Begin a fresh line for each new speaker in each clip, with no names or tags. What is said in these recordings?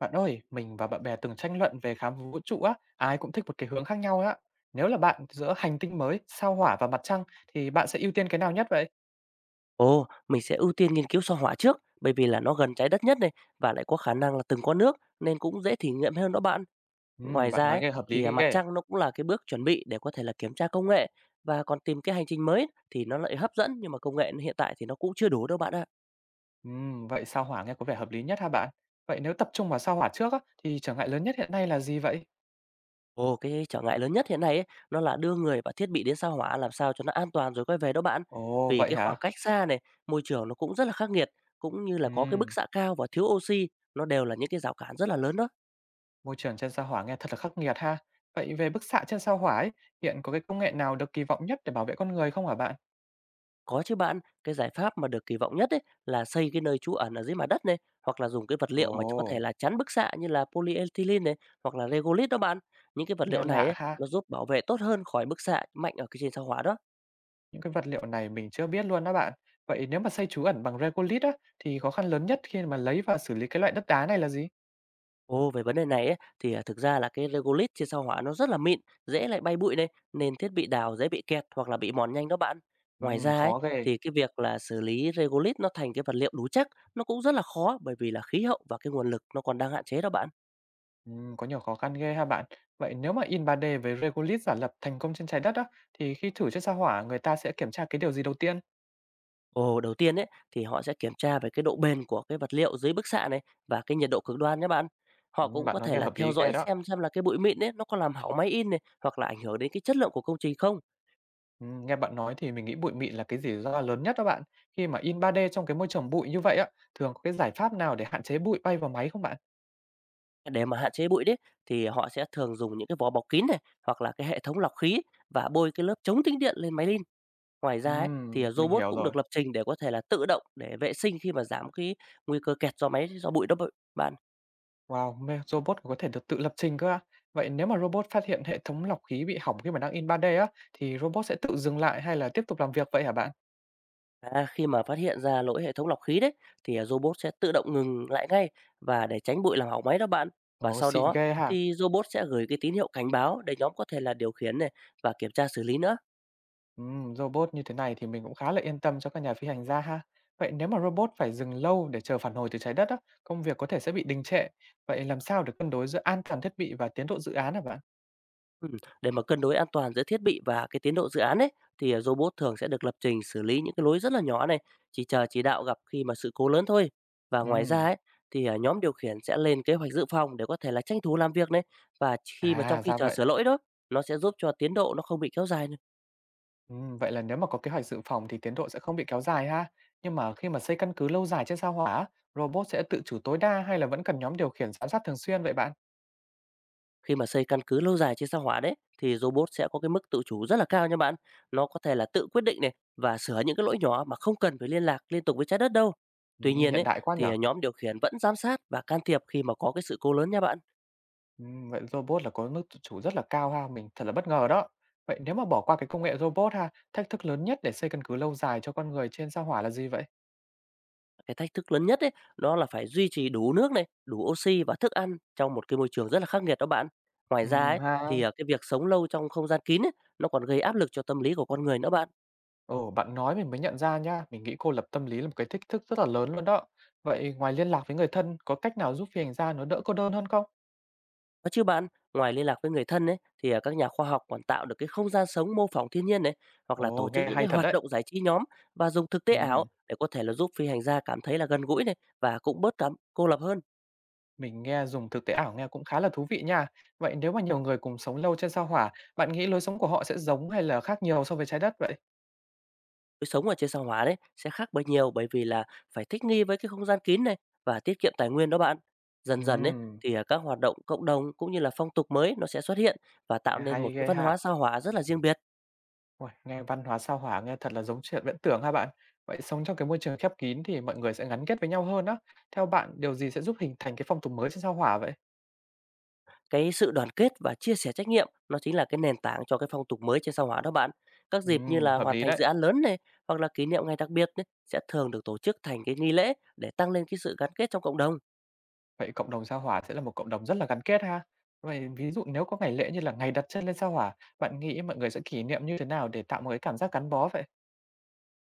Bạn ơi, mình và bạn bè từng tranh luận về khám phá vũ trụ á, ai cũng thích một cái hướng khác nhau á. Nếu là bạn giữa hành tinh mới, sao Hỏa và mặt trăng thì bạn sẽ ưu tiên cái nào nhất vậy?
Ồ, mình sẽ ưu tiên nghiên cứu sao Hỏa trước, bởi vì là nó gần Trái Đất nhất này và lại có khả năng là từng có nước nên cũng dễ thí nghiệm hơn đó bạn. Ngoài
Bạn
ra
nói
ấy,
nghe hợp lý
thì mặt
ghê ạ.
trăng nó cũng là cái bước chuẩn bị để có thể là kiểm tra công nghệ và còn tìm cái hành trình mới thì nó lại hấp dẫn, nhưng mà công nghệ hiện tại thì nó cũng chưa đủ đâu bạn ạ.
Vậy sao Hỏa nghe có vẻ hợp lý nhất hả bạn? Vậy nếu tập trung vào sao Hỏa trước á thì trở ngại lớn nhất hiện nay là gì vậy?
Ồ, cái trở ngại lớn nhất hiện nay ấy, nó là đưa người và thiết bị đến sao Hỏa làm sao cho nó an toàn rồi quay về đó bạn.
Ồ,
Vì
vậy
cái khoảng
hả?
cách xa này, môi trường nó cũng rất là khắc nghiệt, cũng như là có cái bức
Ừm,
xạ cao và thiếu oxy, nó đều là những cái rào cản rất là lớn đó.
môi trường trên sao Hỏa nghe thật là khắc nghiệt ha. Vậy về bức xạ trên sao Hỏa ấy, hiện có cái công nghệ nào được kỳ vọng nhất để bảo vệ con người không hả bạn?
Có chứ bạn, cái giải pháp mà được kỳ vọng nhất ấy là xây cái nơi trú ẩn ở dưới mặt đất này, hoặc là dùng cái vật
Ồ,
liệu mà có thể là chắn bức xạ như là polyethylene này, hoặc là regolith đó bạn. Những cái vật
nghe
liệu này
lạ
ấy,
ha.
nó giúp bảo vệ tốt hơn khỏi bức xạ mạnh ở cái trên sao hỏa đó.
Những cái vật liệu này mình chưa biết luôn đó bạn. Vậy nếu mà xây trú ẩn bằng Regolith á, thì khó khăn lớn nhất khi mà lấy và xử lý cái loại đất đá này là gì?
Ồ, về vấn đề này ấy, thì thực ra là cái regolith trên sao hỏa nó rất là mịn, dễ lại bay bụi này, nên thiết bị đào dễ bị kẹt hoặc là bị mòn nhanh đó bạn. Ngoài ra ấy,
Khó ghê.
thì cái việc là xử lý regolith nó thành cái vật liệu đủ chắc, nó cũng rất là khó, bởi vì là khí hậu và cái nguồn lực nó còn đang hạn chế đó bạn.
Có nhiều khó khăn ghê ha bạn. Vậy nếu mà in 3D với Regolith giả lập thành công trên trái đất á, thì khi thử trên sao hỏa người ta sẽ kiểm tra cái điều gì đầu tiên?
Ồ, đầu tiên ấy thì họ sẽ kiểm tra về cái độ bền của cái vật liệu dưới bức xạ này và cái nhiệt độ cực đoan nhé bạn. Họ cũng có
Bạn nói
thể
nghe
là
hợp
theo
lý
dõi
ghê đó.
xem là cái bụi mịn ấy nó có làm hỏng máy in này, hoặc là ảnh hưởng đến cái chất lượng của công trình không.
Nghe bạn nói thì mình nghĩ bụi mịn là cái rủi ro lớn nhất đó bạn. Khi mà in 3D trong cái môi trường bụi như vậy á, thường có cái giải pháp nào để hạn chế bụi bay vào máy không bạn?
Để mà hạn chế bụi đấy thì họ sẽ thường dùng những cái vỏ bọc kín này, hoặc là cái hệ thống lọc khí và bôi cái lớp chống tĩnh điện lên máy in. Ngoài ra ấy, thì à,
Mình
robot
hiểu
cũng
rồi.
được lập trình để có thể là tự động để vệ sinh, khi mà giảm cái nguy cơ kẹt do máy do bụi đó bạn.
Wow, mê robot có thể được tự lập trình cơ ạ? Vậy nếu mà robot phát hiện hệ thống lọc khí bị hỏng khi mà đang in ba d á, thì robot sẽ tự dừng lại hay là tiếp tục làm việc vậy hả bạn?
Khi mà phát hiện ra lỗi hệ thống lọc khí đấy thì robot sẽ tự động ngừng lại ngay và để tránh bụi làm hỏng máy đó bạn. Và
Ồ,
sau
xịn
đó
ghê hả?
thì robot sẽ gửi cái tín hiệu cảnh báo để nhóm có thể là điều khiển này và kiểm tra xử lý nữa.
Robot như thế này thì mình cũng khá là yên tâm cho các nhà phi hành gia ha. Vậy nếu mà robot phải dừng lâu để chờ phản hồi từ trái đất á, công việc có thể sẽ bị đình trệ. Vậy làm sao để cân đối giữa an toàn thiết bị và tiến độ dự án hả bạn?
Ừ, để mà cân đối an toàn giữa thiết bị và cái tiến độ dự án ấy thì robot thường sẽ được lập trình xử lý những cái lỗi rất là nhỏ này, chỉ chờ chỉ đạo gặp khi mà sự cố lớn thôi. Và ngoài ra
Ừm,
ấy thì nhóm điều khiển sẽ lên kế hoạch dự phòng để có thể là tranh thủ làm việc này, và khi mà trong
à
khi
ra
chờ
vậy.
sửa lỗi đó, nó sẽ giúp cho tiến độ nó không bị kéo dài.
Vậy là nếu mà có kế hoạch dự phòng thì tiến độ sẽ không bị kéo dài ha. Nhưng mà khi mà xây căn cứ lâu dài trên sao Hỏa, á, robot sẽ tự chủ tối đa hay là vẫn cần nhóm điều khiển giám sát thường xuyên vậy bạn?
Khi mà xây căn cứ lâu dài trên sao Hỏa đấy thì robot sẽ có cái mức tự chủ rất là cao nha bạn. Nó có thể là tự quyết định này và sửa những cái lỗi nhỏ mà không cần phải liên lạc liên tục với trái đất đâu. Tuy nhiên
Hiện
ấy
đại quá
thì
nhở?
à, nhóm điều khiển vẫn giám sát và can thiệp khi mà có cái sự cố lớn nha bạn.
Vậy robot là có mức tự chủ rất là cao ha, mình thật là bất ngờ đó. Vậy nếu mà bỏ qua cái công nghệ robot ha, thách thức lớn nhất để xây căn cứ lâu dài cho con người trên sao Hỏa là gì vậy?
Cái thách thức lớn nhất ấy đó là phải duy trì đủ nước này, đủ oxy và thức ăn trong một cái môi trường rất là khắc nghiệt đó bạn. Ngoài ra ấy thì
Ha.
à, cái việc sống lâu trong không gian kín ấy, nó còn gây áp lực cho tâm lý của con người nữa bạn.
Ồ, bạn nói mình mới nhận ra nhá, mình nghĩ cô lập tâm lý là một cái thách thức rất là lớn luôn đó. Vậy ngoài liên lạc với người thân, có cách nào giúp phi hành gia nó đỡ cô đơn hơn không?
Có chứ bạn, ngoài liên lạc với người thân ấy, thì các nhà khoa học còn tạo được cái không gian sống mô phỏng thiên nhiên này, hoặc là tổ
Ồ,
chức
nghe
những
hay
cái
thật
hoạt
đấy.
động giải trí nhóm và dùng thực tế ảo
Ừm,
để có thể là giúp phi hành gia cảm thấy là gần gũi này và cũng bớt cảm cô lập hơn.
mình nghe dùng thực tế ảo nghe cũng khá là thú vị nha. Vậy nếu mà nhiều người cùng sống lâu trên sao Hỏa, bạn nghĩ lối sống của họ sẽ giống hay là khác nhiều so với Trái Đất vậy?
Cái sống ở trên sao hỏa đấy sẽ khác bởi nhiều, bởi vì là phải thích nghi với cái không gian kín này và tiết kiệm tài nguyên đó bạn. Dần dần ấy
Ừm,
thì các hoạt động cộng đồng cũng như là phong tục mới nó sẽ xuất hiện và tạo
nghe
nên một
hay
cái
ghê
văn
ha.
hóa sao hỏa rất là riêng biệt.
Uầy, nghe văn hóa sao Hỏa nghe thật là giống chuyện viễn tưởng ha bạn. Vậy sống trong cái môi trường khép kín thì mọi người sẽ gắn kết với nhau hơn á. Theo bạn, điều gì sẽ giúp hình thành cái phong tục mới trên sao Hỏa vậy?
Cái sự đoàn kết và chia sẻ trách nhiệm nó chính là cái nền tảng cho cái phong tục mới trên sao Hỏa đó bạn. Các dịp như là
Hợp
hoàn
lý
thành
đấy.
dự án lớn này, hoặc là kỷ niệm ngày đặc biệt ấy, sẽ thường được tổ chức thành cái nghi lễ để tăng lên cái sự gắn kết trong cộng đồng.
Vậy cộng đồng sao Hỏa sẽ là một cộng đồng rất là gắn kết ha. Vậy ví dụ nếu có ngày lễ như là ngày đặt chân lên sao Hỏa, bạn nghĩ mọi người sẽ kỷ niệm như thế nào để tạo một cái cảm giác gắn bó vậy?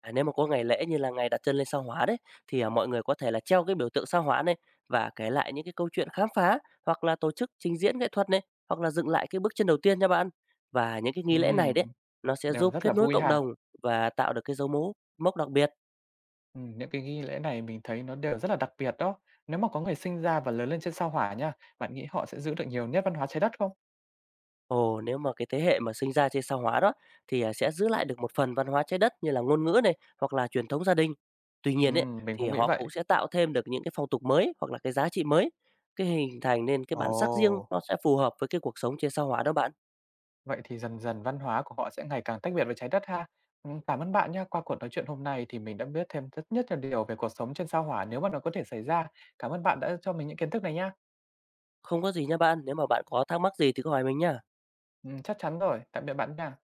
Nếu mà có ngày lễ như là ngày đặt chân lên sao Hỏa đấy thì mọi người có thể là treo cái biểu tượng sao Hỏa này và kể lại những cái câu chuyện khám phá, hoặc là tổ chức trình diễn nghệ thuật này, hoặc là dựng lại cái bước chân đầu tiên nha bạn. Và những cái nghi lễ này đấy
Ừm,
nó sẽ
đều
giúp
rất
kết
là
nối
vui
cộng
ha.
đồng và tạo được cái dấu mốc mốc đặc biệt.
Những cái nghi lễ này mình thấy nó đều rất là đặc biệt đó. Nếu mà có người sinh ra và lớn lên trên sao Hỏa nha, bạn nghĩ họ sẽ giữ được nhiều nét văn hóa Trái Đất không?
Ồ, nếu mà cái thế hệ mà sinh ra trên sao Hỏa đó thì sẽ giữ lại được một phần văn hóa Trái Đất như là ngôn ngữ này, hoặc là truyền thống gia đình. Tuy nhiên ấy,
Mình
thì
cũng nghĩ
họ
vậy.
cũng sẽ tạo thêm được những cái phong tục mới hoặc là cái giá trị mới, cái hình thành nên cái bản sắc riêng
Ồ,
nó sẽ phù hợp với cái cuộc sống trên sao Hỏa đó bạn.
vậy thì dần dần văn hóa của họ sẽ ngày càng tách biệt với Trái Đất ha. Cảm ơn bạn nha. Qua cuộc nói chuyện hôm nay thì mình đã biết thêm rất nhất là điều về cuộc sống trên sao Hỏa nếu mà nó có thể xảy ra. Cảm ơn bạn đã cho mình những kiến thức này nha.
Không có gì nha bạn, nếu mà bạn có thắc mắc gì thì cứ hỏi mình nha.
Chắc chắn rồi. Tạm biệt bạn nha.